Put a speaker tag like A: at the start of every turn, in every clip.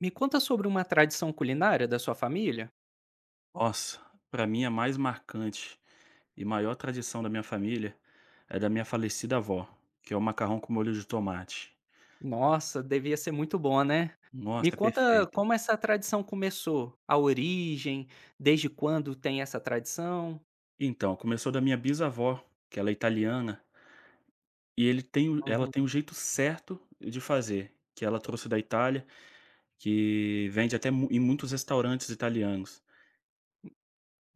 A: Me conta sobre uma tradição culinária da sua família.
B: Nossa, para mim a mais marcante e maior tradição da minha família é da minha falecida avó, que é o macarrão com molho de tomate.
A: Nossa, devia ser muito bom, né? Me
B: Nossa, é
A: conta
B: perfeito.
A: como essa tradição começou, a origem, desde quando tem essa tradição?
B: Então, começou da minha bisavó, que ela é italiana, e ela tem
A: Uhum.
B: o jeito certo de fazer, que ela trouxe da Itália, que vende até em muitos restaurantes italianos.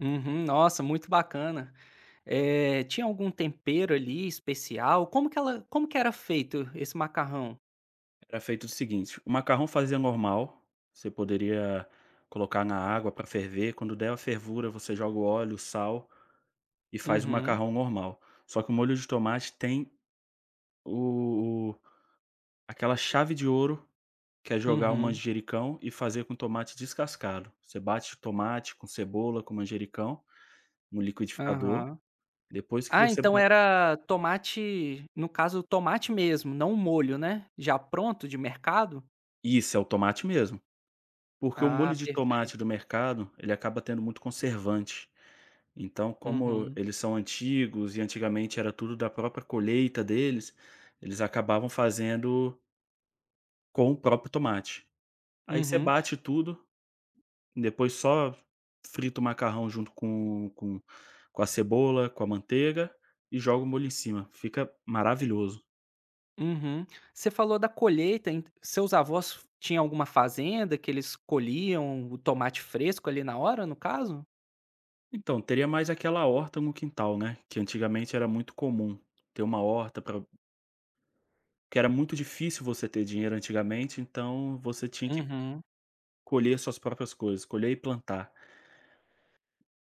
A: Uhum, nossa, muito bacana. Tinha algum tempero ali especial? Como que ela como que era feito esse macarrão?
B: Era feito o seguinte: o macarrão fazia normal, você poderia colocar na água para ferver, quando der a fervura, você joga o óleo, o sal e faz o
A: Uhum,
B: macarrão normal. Só que o molho de tomate tem o aquela chave de ouro, que é jogar o
A: uhum,
B: manjericão e fazer com tomate descascado. Você bate o tomate com cebola, com manjericão, no liquidificador,
A: aham.
B: depois que
A: Ah,
B: você
A: então
B: ba
A: era tomate no caso, tomate mesmo, não o molho, né? Já pronto de mercado?
B: Isso, é o tomate mesmo. Porque o molho
A: Ah,
B: de tomate
A: perfeito.
B: do mercado, ele acaba tendo muito conservante. Então, como
A: Uhum,
B: eles são antigos e antigamente era tudo da própria colheita deles, eles acabavam fazendo com o próprio tomate. Aí você
A: uhum,
B: bate tudo. Depois só frito o macarrão junto com a cebola, com a manteiga, e joga o molho em cima, fica maravilhoso.
A: uhum. Você falou da colheita, ent seus avós tinham alguma fazenda que eles colhiam o tomate fresco ali na hora, no caso?
B: Então, teria mais aquela horta no quintal, né, que antigamente era muito comum ter uma horta pra, que era muito difícil você ter dinheiro antigamente, então você tinha que
A: Uhum,
B: colher suas próprias coisas, colher e plantar.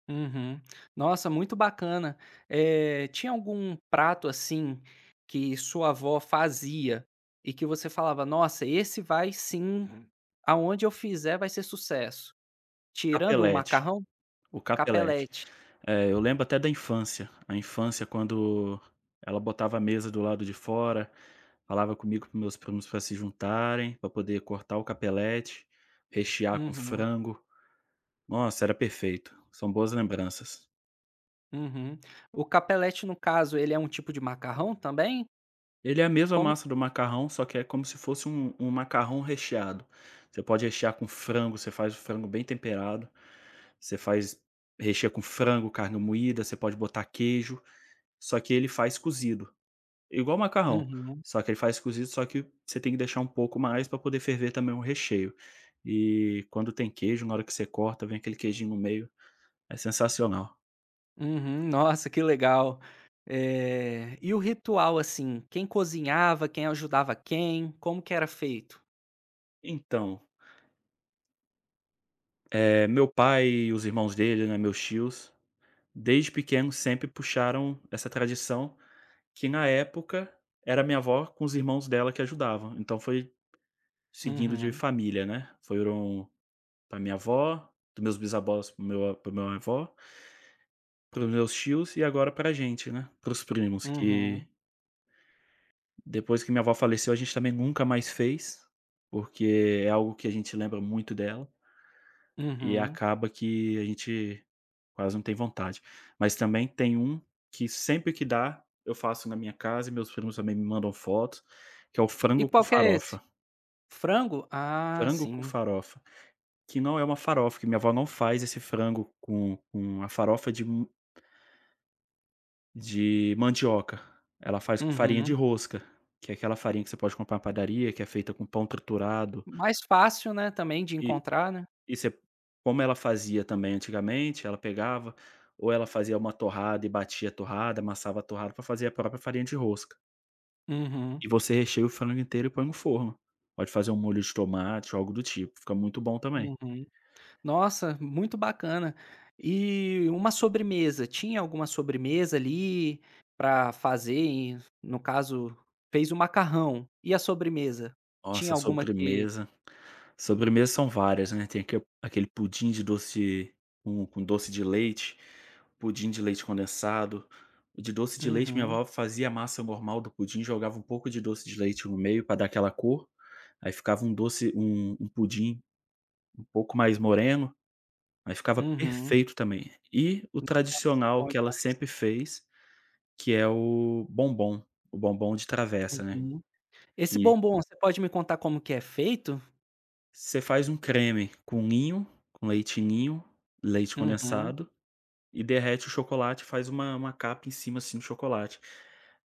A: uhum. Nossa, muito bacana. Tinha algum prato, assim, que sua avó fazia e que você falava: "Nossa, esse vai sim, aonde eu fizer vai ser sucesso"? Tirando o
B: Capelete,
A: macarrão?
B: o capelete.
A: Capelete.
B: É, eu lembro até da infância. A infância quando ela botava a mesa do lado de fora, falava comigo, para meus primos para se juntarem, para poder cortar o capelete, rechear com
A: Uhum,
B: frango. Nossa, era perfeito. São boas lembranças.
A: uhum. O capelete, no caso, ele é um tipo de macarrão também?
B: Ele é a mesma
A: Como
B: massa do macarrão, só que é como se fosse um macarrão recheado. Você pode rechear com frango, você faz o frango bem temperado, você faz, recheia com frango, carne moída, você pode botar queijo, só que ele faz cozido. Igual macarrão,
A: uhum,
B: só que ele faz cozido, só que você tem que deixar um pouco mais para poder ferver também o recheio. E quando tem queijo, na hora que você corta, vem aquele queijinho no meio, é sensacional.
A: uhum. Nossa, que legal. E o ritual, assim, quem cozinhava, quem ajudava quem, como que era feito?
B: Então, meu pai e os irmãos dele, né, meus tios, desde pequeno sempre puxaram essa tradição, que na época era minha avó com os irmãos dela que ajudavam, então foi seguindo de
A: Uhum,
B: família, né, foram para minha avó, dos meus bisavós para meu para o meu avô, para os meus tios e agora para a gente, né, para os primos que
A: uhum,
B: depois que minha avó faleceu a gente também nunca mais fez, porque é algo que a gente lembra muito dela, e
A: uhum.
B: acaba que a gente quase não tem vontade. Mas também tem um que sempre que dá, eu faço na minha casa e meus primos também me mandam fotos, que é o
A: E
B: frango com
A: qual que é esse?
B: farofa.
A: Frango? Ah,
B: Frango com
A: sim.
B: farofa, que não é uma farofa, que minha avó não faz esse frango com a farofa de mandioca. Ela faz com farinha de
A: Uhum.
B: rosca, que é aquela farinha que você pode comprar na padaria, que é feita com pão triturado.
A: Mais fácil, né, também de
B: E
A: encontrar, né.
B: e você, como ela fazia também antigamente, ela pegava ou ela fazia uma torrada e batia a torrada, amassava a torrada para fazer a própria farinha de rosca.
A: Uhum,
B: E você recheia o frango inteiro e põe no forno. Pode fazer um molho de tomate ou algo do tipo, fica muito bom também.
A: uhum. Nossa, muito bacana. E uma sobremesa, tinha alguma sobremesa ali para fazer e, no caso, fez o macarrão, e a sobremesa? Tinha
B: Nossa,
A: alguma que
B: sobremesa, sobremesas são várias, né, tem aquele pudim de doce com doce de leite, pudim de leite condensado. O de doce de leite, minha
A: uhum,
B: avó fazia a massa normal do pudim, jogava um pouco de doce de leite no meio para dar aquela cor, aí ficava um doce, um pudim um pouco mais moreno, aí ficava
A: uhum.
B: perfeito também. E o
A: Nossa,
B: tradicional
A: bom
B: que ela
A: demais.
B: sempre fez, que é o bombom de travessa, né,
A: Uhum. Esse
B: que
A: bombom, você pode me contar como que é feito?
B: você faz um creme com ninho, com leite ninho, leite
A: Uhum,
B: condensado, e derrete o chocolate, faz uma capa em cima, assim, do chocolate.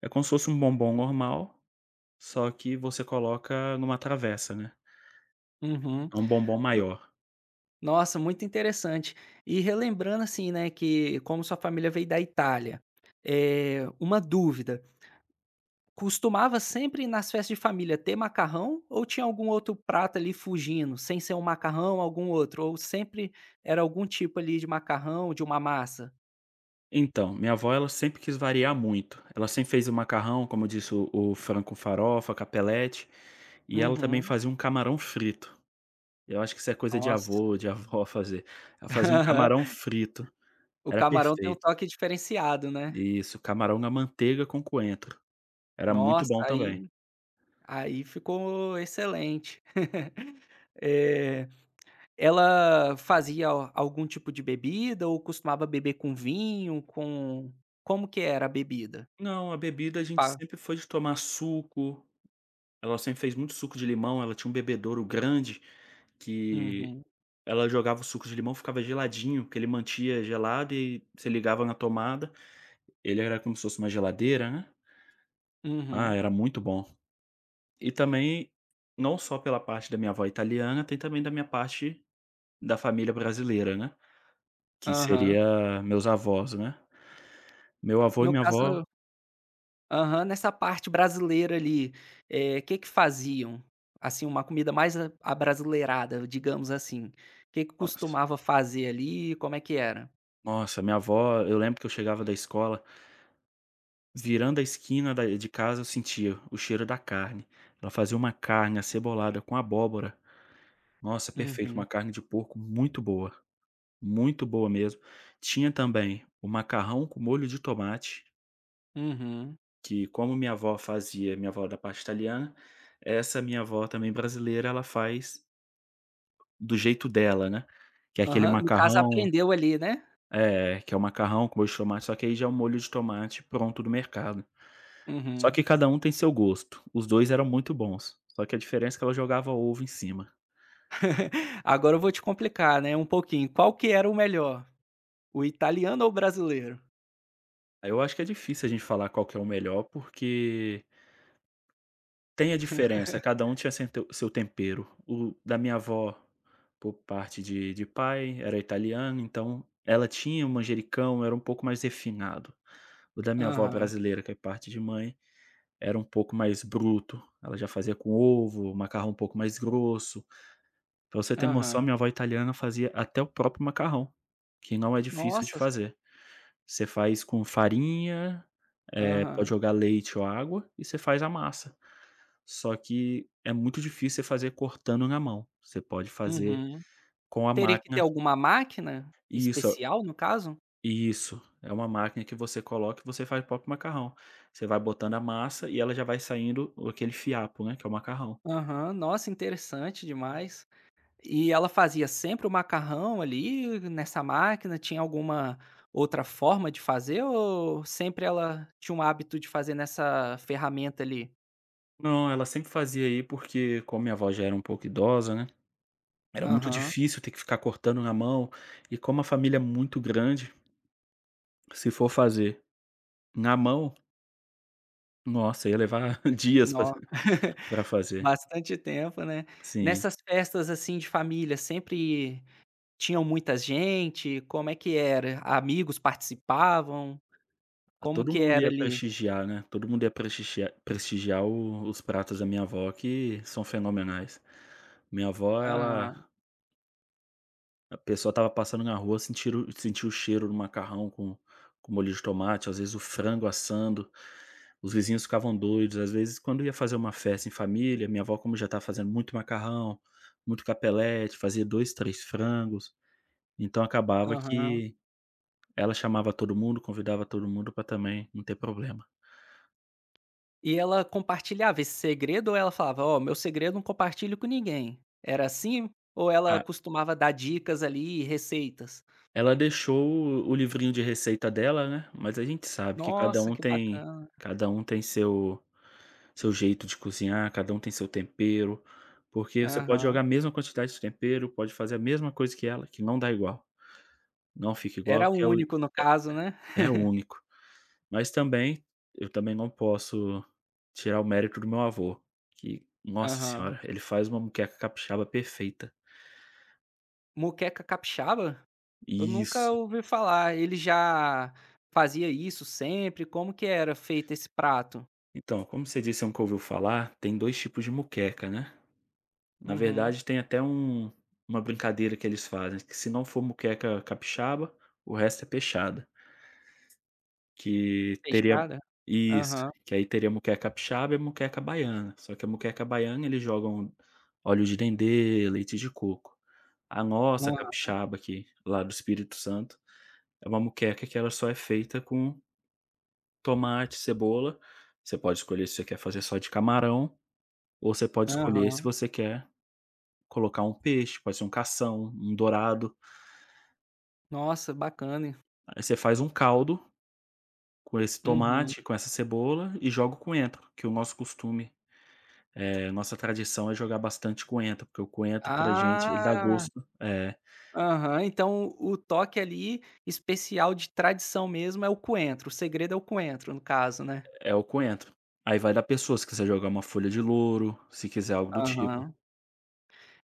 B: É como se fosse um bombom normal, só que você coloca numa travessa, né.
A: uhum.
B: É um bombom maior.
A: Nossa, muito interessante. E relembrando, assim, né, que como sua família veio da Itália, é uma dúvida. Costumava sempre nas festas de família ter macarrão ou tinha algum outro prato ali fugindo, sem ser um macarrão, algum outro, ou sempre era algum tipo ali de macarrão, de uma massa?
B: Então, minha avó ela sempre quis variar muito. Ela sempre fez o macarrão, como eu disse, o frango com farofa, capelete, e ela também
A: Uhum.
B: fazia um camarão frito. Eu acho que isso é coisa de
A: Nossa.
B: avô, de avó fazer. Ela fazia um camarão frito,
A: O
B: era
A: camarão tem um
B: perfeito.
A: toque diferenciado, né.
B: Isso, camarão na manteiga com coentro. Era muito
A: Nossa,
B: bom também.
A: aí ficou excelente. Eh, Ela fazia a algum tipo de bebida ou costumava beber com vinho, com como que era a bebida?
B: Não, a bebida a gente
A: Pa
B: sempre foi de tomar suco, ela sempre fez muito suco de limão, ela tinha um bebedouro grande que
A: uhum,
B: ela jogava o suco de limão, ficava geladinho, que ele mantia gelado e você ligava na tomada, ele era como se fosse uma geladeira, né. Ah,
A: uhum,
B: era muito bom. E também, não só pela parte da minha avó italiana, tem também da minha parte da família brasileira, né, que
A: aham.
B: seria meus avós, né. Meu avô e
A: No
B: minha avó,
A: caso aham, nessa parte brasileira ali, o que que faziam? Assim, uma comida mais a abrasileirada, digamos assim. O Que que
B: nossa,
A: costumava fazer ali, como é que era?
B: nossa, minha avó, eu lembro que eu chegava da escola, virando a esquina da de casa, eu sentia o cheiro da carne. Ela fazia uma carne acebolada com abóbora. Nossa, perfeito,
A: Uhum,
B: uma carne de porco muito boa mesmo. Tinha também o macarrão com molho de tomate,
A: uhum.
B: que como minha avó fazia, minha avó da parte italiana, essa minha avó também brasileira, ela faz do jeito dela, né, que é aquele
A: Aham, no caso
B: macarrão,
A: aprendeu ali, né?
B: é, que é o macarrão com molho de tomate, só que aí já é o molho de tomate pronto do mercado. Só
A: Uhum.
B: que cada um tem seu gosto. Os 2 eram muito bons, só que a diferença é que ela jogava ovo em cima.
A: Agora eu vou te complicar, né, um pouquinho. Qual que era o melhor, o italiano ou o brasileiro?
B: Aí eu acho que é difícil a gente falar qual que é o melhor, porque tem a diferença, cada um tinha sem teu seu tempero. O da minha avó, por parte de pai, era italiano, então ela tinha um manjericão, era um pouco mais refinado. O da minha avó
A: Aham,
B: brasileira, que é parte de mãe, era um pouco mais bruto, ela já fazia com ovo, macarrão um pouco mais grosso. Pra você ter noção,
A: aham.
B: minha avó italiana fazia até o próprio macarrão, que não é difícil de
A: Nossa!
B: fazer. Você faz com farinha, pode
A: Aham,
B: jogar leite ou água e você faz a massa. Só que é muito difícil você fazer cortando na mão, você pode fazer
A: uhum.
B: com a
A: Teria que ter
B: máquina,
A: alguma máquina
B: isso,
A: especial, no caso?
B: isso, é uma máquina que você coloca e você faz o próprio macarrão. Você vai botando a massa e ela já vai saindo aquele fiapo, né, que é o macarrão.
A: Aham, nossa, interessante demais. E ela fazia sempre o macarrão ali nessa máquina? Tinha alguma outra forma de fazer ou sempre ela tinha um hábito de fazer nessa ferramenta ali?
B: Não, ela sempre fazia aí, porque como minha avó já era um pouco idosa, né, era muito
A: Aham,
B: difícil ter que ficar cortando na mão, e como a família é muito grande, se for fazer na mão, nossa, ia levar dias para
A: nó
B: pra fazer.
A: bastante tempo, né.
B: Sim.
A: Nessas festas, assim, de família, sempre tinham muita gente? Como é que era? Amigos participavam?
B: Ah,
A: Como
B: todo
A: que
B: mundo
A: era
B: ia
A: ali?
B: prestigiar, né, todo mundo ia prestigiar o os pratos da minha avó que são fenomenais. Minha avó ela,
A: Aham,
B: a pessoa estava passando na rua, sentiram sentiu o cheiro do macarrão com molho de tomate, às vezes o frango assando, os vizinhos ficavam doidos. Às vezes, quando ia fazer uma festa em família, minha avó, como já estava fazendo muito macarrão, muito capelete, fazia dois, 3 frangos, então acabava
A: aham.
B: que ela chamava todo mundo, convidava todo mundo para também não ter problema.
A: E ela compartilhava esse segredo ou ela falava: "Ó, meu segredo não compartilho com ninguém"? Era assim? Ou ela costumava dar dicas ali receitas?
B: Ela deixou o livrinho de receita dela, né, mas a gente sabe que cada
A: Nossa,
B: um
A: que
B: tem,
A: bacana.
B: cada um tem seu jeito de cozinhar, cada um tem seu tempero, porque você pode jogar
A: Aham.
B: a mesma quantidade de tempero, pode fazer a mesma coisa que ela, que não dá igual, não fica igual
A: Era o
B: porque é o,
A: único no caso, né?
B: é único. Mas também, eu também não posso tirar o mérito do meu avô, que, nossa
A: Aham.
B: senhora, ele faz uma moqueca capixaba perfeita.
A: Moqueca capixaba? Eu nunca
B: Isso.
A: ouvi falar. Ele já fazia isso sempre? Como que era feito esse prato?
B: Então, como você disse, é um, nunca ouviu falar, tem 2 tipos de moqueca, né? Na
A: Uhum.
B: verdade tem até um, uma brincadeira que eles fazem, que se não for moqueca capixaba, o resto é peixada, que teria,
A: Fechada?
B: isso,
A: Aham.
B: que aí teria moqueca capixaba e moqueca baiana, só que a moqueca baiana eles jogam óleo de dendê, leite de coco. A nossa
A: Hã.
B: capixaba aqui, lá do Espírito Santo, é uma moqueca que ela só é feita com tomate, cebola, você pode escolher se você quer fazer só de camarão, ou você pode escolher se
A: Aham.
B: você quer colocar um peixe, pode ser um cação, um dourado.
A: Nossa, bacana.
B: Aí você faz um caldo com esse
A: Uhum.
B: tomate, com essa cebola e joga o coentro, que o nosso costume, nossa tradição é jogar bastante coentro, porque o coentro pra gente ele dá
A: Ah.
B: gosto, é,
A: Aham, então o toque ali especial de tradição mesmo é o coentro, o segredo é o coentro no caso, né?
B: é o coentro. Aí vai da pessoa, se quiser jogar uma folha de louro, se quiser algo do tipo.
A: Aham.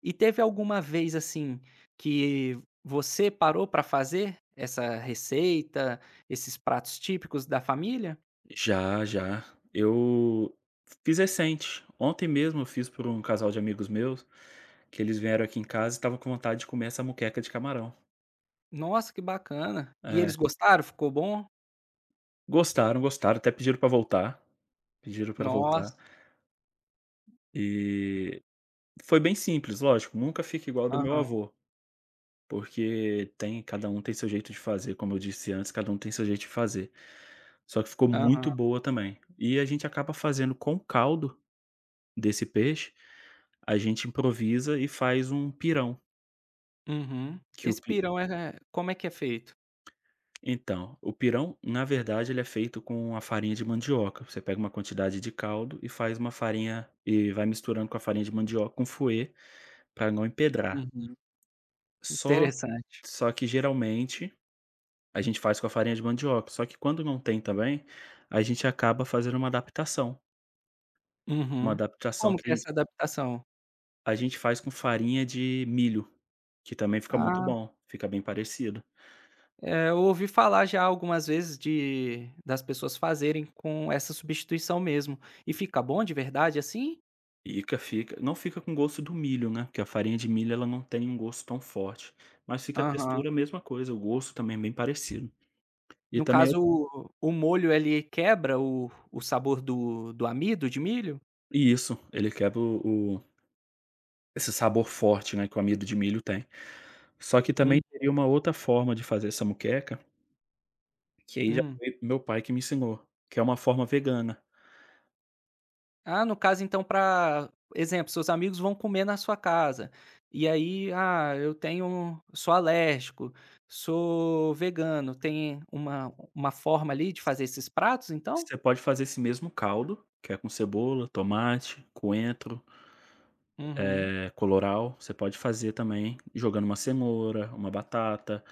A: E teve alguma vez assim que você parou pra fazer essa receita, esses pratos típicos da família?
B: Já, já. Eu fiz recente. Ontem mesmo eu fiz para um casal de amigos meus, que eles vieram aqui em casa e estavam com vontade de comer essa moqueca de camarão.
A: Nossa, que bacana. E eles
B: É.
A: gostaram? Ficou bom?
B: Gostaram, gostaram, até pediram pra voltar, pediram pra voltar.
A: Nossa.
B: E foi bem simples, lógico, nunca fica igual ao do meu
A: Aham,
B: avô, porque tem, cada um tem seu jeito de fazer, como eu disse antes, cada um tem seu jeito de fazer. Só que ficou
A: aham.
B: muito boa também. E a gente acaba fazendo com o caldo desse peixe, a gente improvisa e faz um pirão,
A: Uhum.
B: que o
A: Esse
B: pi
A: pirão é como é que é feito?
B: então, o pirão, na verdade, ele é feito com a farinha de mandioca. Você pega uma quantidade de caldo e faz uma farinha e vai misturando com a farinha de mandioca com fouet para não empedrar.
A: Uhum,
B: Só
A: interessante.
B: só que geralmente a gente faz com a farinha de mandioca, só que quando não tem também, a gente acaba fazendo uma
A: Uhum.
B: adaptação
A: Como
B: que
A: que é essa adaptação?
B: a gente faz com farinha de milho, que também fica muito
A: Ah,
B: bom, fica bem parecido.
A: é, eu ouvi falar já algumas vezes de das pessoas fazerem com essa substituição mesmo. E fica bom de verdade assim?
B: Fica, fica. Não fica com gosto do milho, né, porque a farinha de milho ela não tem um gosto tão forte, mas fica a
A: Aham.
B: textura a mesma coisa, o gosto também é bem parecido. E
A: No
B: também eu,
A: caso, o molho ele quebra o sabor do amido de milho?
B: e isso, ele quebra o esse sabor forte, né, que o amido de milho tem. Só que também
A: Hum,
B: teria uma outra forma de fazer essa moqueca, que aí já
A: hum.
B: foi meu pai que me ensinou, que é uma forma vegana.
A: Ah, no caso então para exemplo, seus amigos vão comer na sua casa, e aí: "Ah, eu tenho um, sou alérgico, sou vegano". Tem uma forma ali de fazer esses pratos então?
B: Você pode fazer esse mesmo caldo, que é com cebola, tomate, coentro,
A: Uhum.
B: colorau, você pode fazer também jogando uma cenoura, uma batata,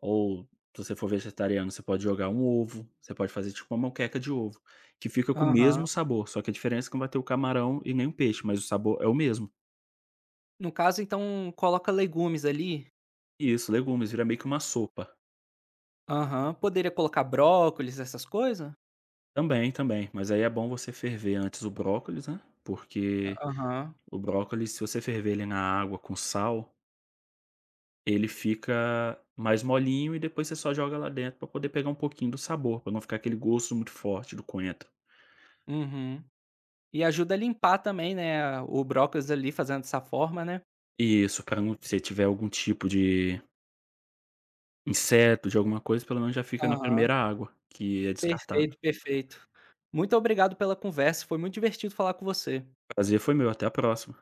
B: ou se você for vegetariano, você pode jogar um ovo, você pode fazer tipo uma moqueca de ovo, que fica com o
A: Aham.
B: mesmo sabor, só que a diferença é que não vai ter o camarão e nem o peixe, mas o sabor é o mesmo.
A: No caso, então, coloca legumes ali?
B: Isso, legumes, vira meio que uma sopa.
A: Aham. Poderia colocar brócolis, essas coisas.
B: Também, também, mas aí é bom você ferver antes o brócolis, né, porque
A: Aham.
B: o brócolis, se você ferver ele na água com sal, ele fica mais molinho e depois você só joga lá dentro para poder pegar um pouquinho do sabor, para não ficar aquele gosto muito forte do coentro.
A: Uhum. E ajuda a limpar também, né, o brócolis ali fazendo dessa forma, né.
B: Isso, para não, se tiver algum tipo de inseto, de alguma coisa, pelo menos já fica na
A: Aham.
B: primeira água, que é
A: Perfeito,
B: descartada.
A: perfeito. Muito obrigado pela conversa, foi muito divertido falar com você.
B: Prazer foi meu, até a próxima.